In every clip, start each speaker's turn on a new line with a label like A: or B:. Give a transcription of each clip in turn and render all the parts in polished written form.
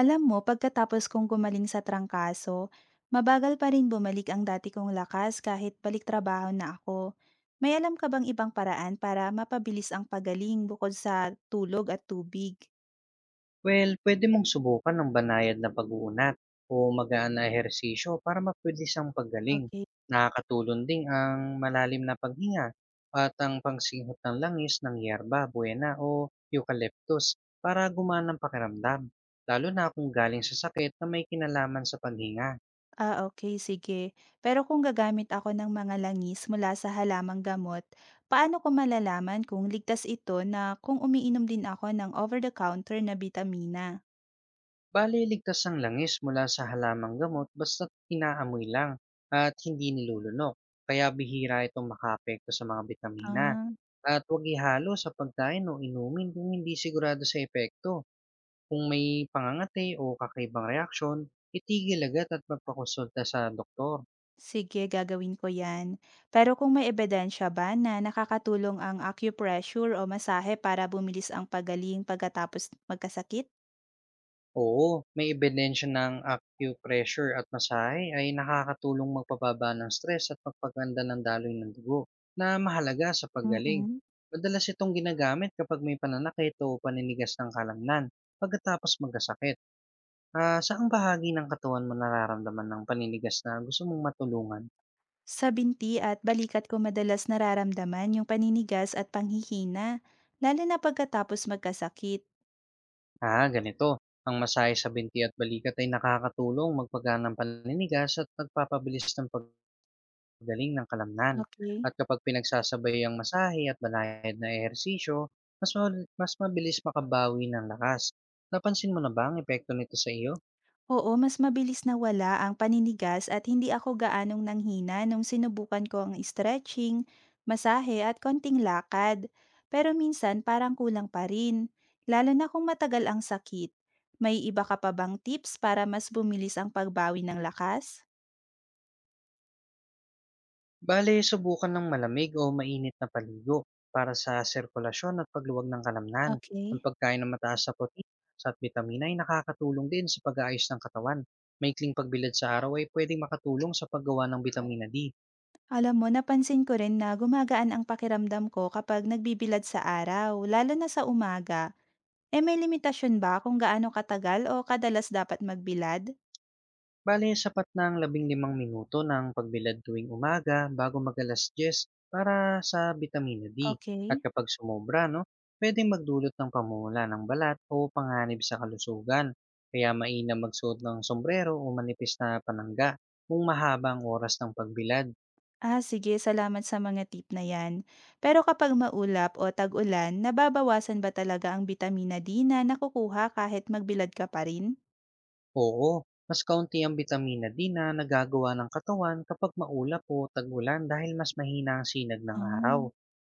A: Alam mo, pagkatapos kong gumaling sa trangkaso, mabagal pa rin bumalik ang dati kong lakas kahit balik trabaho na ako. May alam ka bang ibang paraan para mapabilis ang pagaling bukod sa tulog at tubig?
B: Well, pwede mong subukan ng banayad na pag-uunat o magaan na ehersisyo para mapabilis ang paggaling.
A: Okay.
B: Nakakatulong ding ang malalim na paghinga at ang pangsinghot ng langis ng yerba buena o eucalyptus para gumana ang pakiramdam, lalo na kung galing sa sakit na may kinalaman sa paghinga.
A: Ah, okay, sige. Pero kung gagamit ako ng mga langis mula sa halamang gamot, paano ko malalaman kung ligtas ito na kung umiinom din ako ng over-the-counter na bitamina?
B: Bale, ligtas ang langis mula sa halamang gamot basta't inaamoy lang at hindi nilulunok, kaya bihira itong makaapekto sa mga bitamina.
A: Ah.
B: At huwag ihalo sa pagkain o inumin kung hindi sigurado sa epekto. Kung may pangangati o kakaibang reaksyon, itigil agad at magpakonsulta sa doktor.
A: Sige, gagawin ko yan. Pero kung may ebidensya ba na nakakatulong ang acupressure o masahe para bumilis ang pagaling pagkatapos magkasakit?
B: Oo, may ebidensya ng acupressure at masahe ay nakakatulong magpababa ng stress at magpaganda ng daloy ng dugo na mahalaga sa paggaling.
A: Mm-mm.
B: Madalas itong ginagamit kapag may pananakit o paninigas ng kalamnan pagkatapos magkasakit. Ah, saang bahagi ng katawan mo nararamdaman ng paninigas na gusto mong matulungan?
A: Sa binti at balikat ko madalas nararamdaman yung paninigas at panghihina, lalo na pagkatapos magkasakit.
B: Ah, ganito. Ang masahe sa binti at balikat ay nakakatulong magpagaan ng paninigas at nagpapabilis ng pag galing ng kalamnan.
A: Okay.
B: At kapag pinagsasabay ang masahe at banayad na ehersisyo, mas mabilis makabawi ng lakas. Napansin mo na ba ang epekto nito sa iyo?
A: Oo, mas mabilis na wala ang paninigas at hindi ako gaanong nanghina nung sinubukan ko ang stretching, masahe at konting lakad. Pero minsan parang kulang pa rin, lalo na kung matagal ang sakit. May iba ka pa bang tips para mas bumilis ang pagbawi ng lakas?
B: Bale, subukan ng malamig o mainit na paligo para sa sirkulasyon at pagluwag ng kalamnan. Ang
A: Okay.
B: pagkain ng mataas sa protein at vitamina ay nakakatulong din sa pag-aayos ng katawan. Maikling pagbilad sa araw ay pwedeng makatulong sa paggawa ng vitamina D.
A: Alam mo, napansin ko rin na gumagaan ang pakiramdam ko kapag nagbibilad sa araw, lalo na sa umaga. Eh may limitasyon ba kung gaano katagal o kadalas dapat magbilad?
B: Bale, sapat na 15 minuto ng pagbilad tuwing umaga bago mag-alas 10 para sa vitamina D. At
A: Okay.
B: kapag sumobra, no, pwedeng magdulot ng pamumula ng balat o panganib sa kalusugan. Kaya mainam magsuot ng sombrero o manipis na panangga kung mahaba ang oras ng pagbilad.
A: Ah, sige, salamat sa mga tip na yan. Pero kapag maulap o tag-ulan, nababawasan ba talaga ang bitamina D na nakukuha kahit magbilad ka pa rin?
B: Oo, mas kaunti ang bitamina D na nagagawa ng katawan kapag maulap o tag-ulan dahil mas mahina ang sinag ng araw.
A: Ah,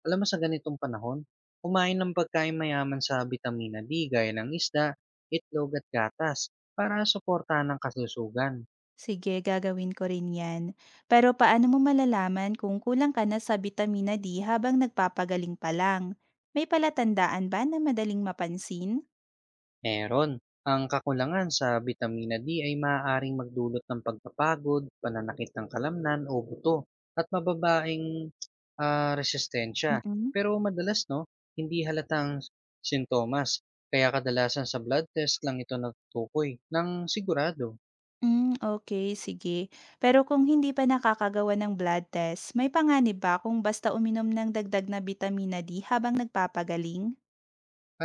B: Alam mo sa ganitong panahon, kumain ng pagkain mayaman sa bitamina D gaya ng isda, itlog at gatas para suportahan ang kasusugan.
A: sige, gagawin ko rin yan. Pero paano mo malalaman kung kulang ka na sa bitamina D habang nagpapagaling pa lang? May palatandaan ba na madaling mapansin?
B: Meron. Ang kakulangan sa vitamina D ay maaaring magdulot ng pagpapagod, pananakit ng kalamnan o buto, at mababaing resistensya.
A: Mm-mm.
B: Pero madalas, no, hindi halatang sintomas. Kaya kadalasan sa blood test lang ito natutukoy ng sigurado.
A: Hmm. Okay, sige. Pero kung hindi pa nakakagawa ng blood test, may panganib ba kung basta uminom ng dagdag na bitamina D habang nagpapagaling?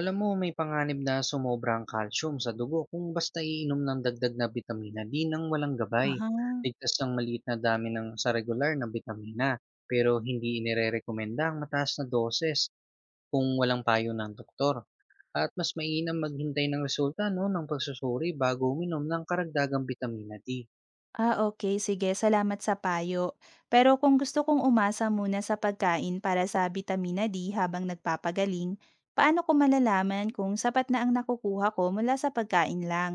B: Alam mo, may panganib na sumobra ang calcium sa dugo kung basta iinom ng dagdag na bitamina D nang walang gabay.
A: Aha.
B: Ligtas ng maliit na dami ng sa regular na bitamina, pero hindi inirerekomenda ang mataas na doses kung walang payo ng doktor. At mas mainam maghintay ng resulta, no, ng pagsusuri bago uminom ng karagdagang bitamina D.
A: Ah, okay. Sige, salamat sa payo. Pero kung gusto kong umasa muna sa pagkain para sa bitamina D habang nagpapagaling, paano ko malalaman kung sapat na ang nakukuha ko mula sa pagkain lang?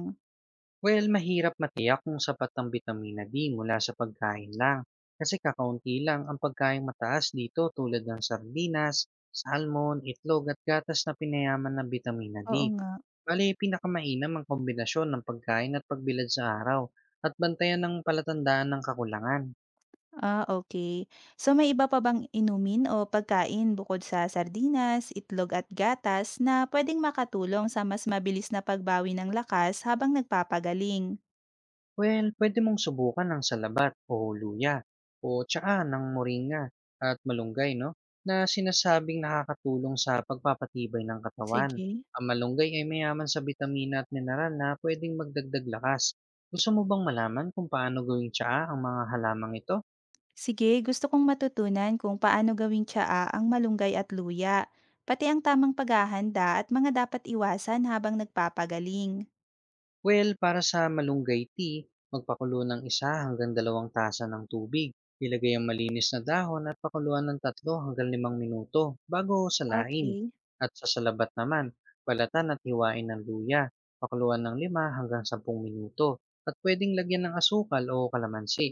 B: Well, mahirap matiyak kung sapat ang bitamina D mula sa pagkain lang kasi kakaunti lang ang pagkain mataas dito tulad ng sardinas, salmon, itlog at gatas na pinayaman ng bitamina
A: Oo
B: D.
A: nga.
B: Bali, pinakamainam ang kombinasyon ng pagkain at pagbilad sa araw at bantayan ng palatandaan ng kakulangan.
A: Ah, okay. So may iba pa bang inumin o pagkain bukod sa sardinas, itlog at gatas na pwedeng makatulong sa mas mabilis na pagbawi ng lakas habang nagpapagaling?
B: Well, pwede mong subukan ng salabat o luya o tsaa ng moringa at malunggay 'no, na sinasabing nakakatulong sa pagpapatibay ng katawan.
A: Sige.
B: Ang malunggay ay mayaman sa bitamina at mineral na pwedeng magdagdag lakas. Gusto mo bang malaman kung paano gawing tsaa ang mga halamang ito?
A: Sige, gusto kong matutunan kung paano gawing tsaa ang malunggay at luya, pati ang tamang paghahanda at mga dapat iwasan habang nagpapagaling.
B: Well, para sa malunggay tea, magpakulo ng 1 hanggang 2 tasa ng tubig. Ilagay ang malinis na dahon at pakuluan ng 3 hanggang 5 minuto bago salain.
A: okay
B: At sa salabat naman, balatan at hiwain ng luya. Pakuluan ng 5 hanggang 10 minuto. At pwedeng lagyan ng asukal o kalamansi.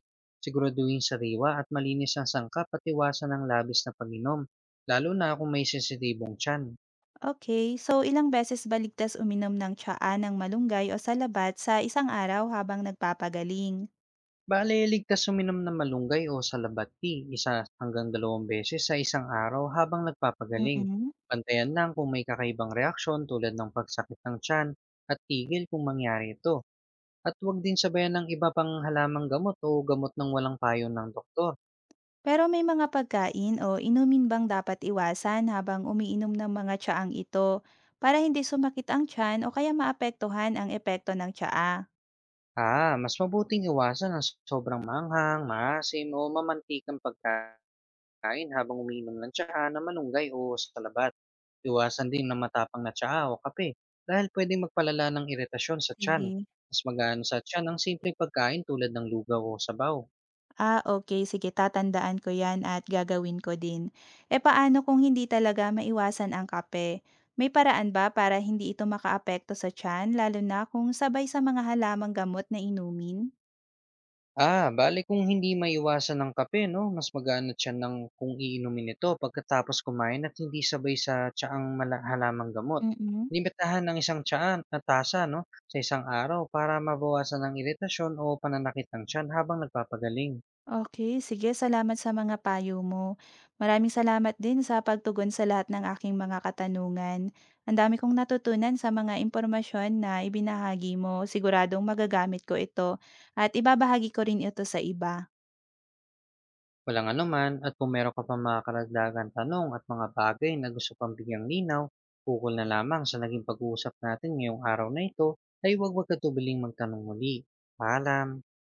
B: Siguraduhin sariwa at malinis ang sangkap at iwasan ang labis na pag-inom, lalo na kung may sensitibong tiyan.
A: okay so ilang beses baligtas uminom ng tsaa ng malunggay o salabat sa isang araw habang nagpapagaling?
B: Bale, ligtas uminom ng malunggay o salabat tea 1 hanggang 2 beses sa isang araw habang nagpapagaling.
A: Mm.
B: Bantayan lang kung may kakaibang reaksyon tulad ng pagsakit ng tiyan at tigil kung mangyari ito. At huwag din sabayan ng iba pang halamang gamot o gamot ng walang payo ng doktor.
A: Pero may mga pagkain o inumin bang dapat iwasan habang umiinom ng mga tsaang ito para hindi sumakit ang tiyan o kaya maapektuhan ang epekto ng tsaa?
B: Ah, mas mabuting iwasan ang sobrang manghang, maasim o mamantikang pagkain kain habang umiinom ng tsaa na malunggay o salabat. Iwasan din ng matapang na tsaa o kape dahil pwedeng magpalala ng iritasyon sa tiyan.
A: Sige.
B: Mas magaan sa tiyan ang simpleng pagkain tulad ng lugaw o sabaw.
A: Ah, okay. Sige, tatandaan ko yan at gagawin ko din. E paano kung hindi talaga maiwasan ang kape? May paraan ba para hindi ito makaapekto sa tiyan, lalo na kung sabay sa mga halamang gamot na inumin?
B: Ah, bali kung hindi maiwasan ng kape, no? Mas magaan na tiyan ng kung iinumin ito pagkatapos kumain at hindi sabay sa halamang gamot.
A: Mm.
B: Limitahan ng isang tsaan na tasa, no, sa isang araw para mabawasan ng iritasyon o pananakit ng tiyan habang nagpapagaling.
A: Okay, sige, salamat sa mga payo mo. Maraming salamat din sa pagtugon sa lahat ng aking mga katanungan. Ang dami kong natutunan sa mga impormasyon na ibinahagi mo. Siguradong magagamit ko ito at ibabahagi ko rin ito sa iba.
B: Walang anuman at kung meron ka pang mga karagdagan tanong at mga bagay na gusto pang bigyang linaw, ukol na lamang sa naging pag-uusap natin ngayong araw na ito ay huwag magkatubiling magtanong muli. Paalam!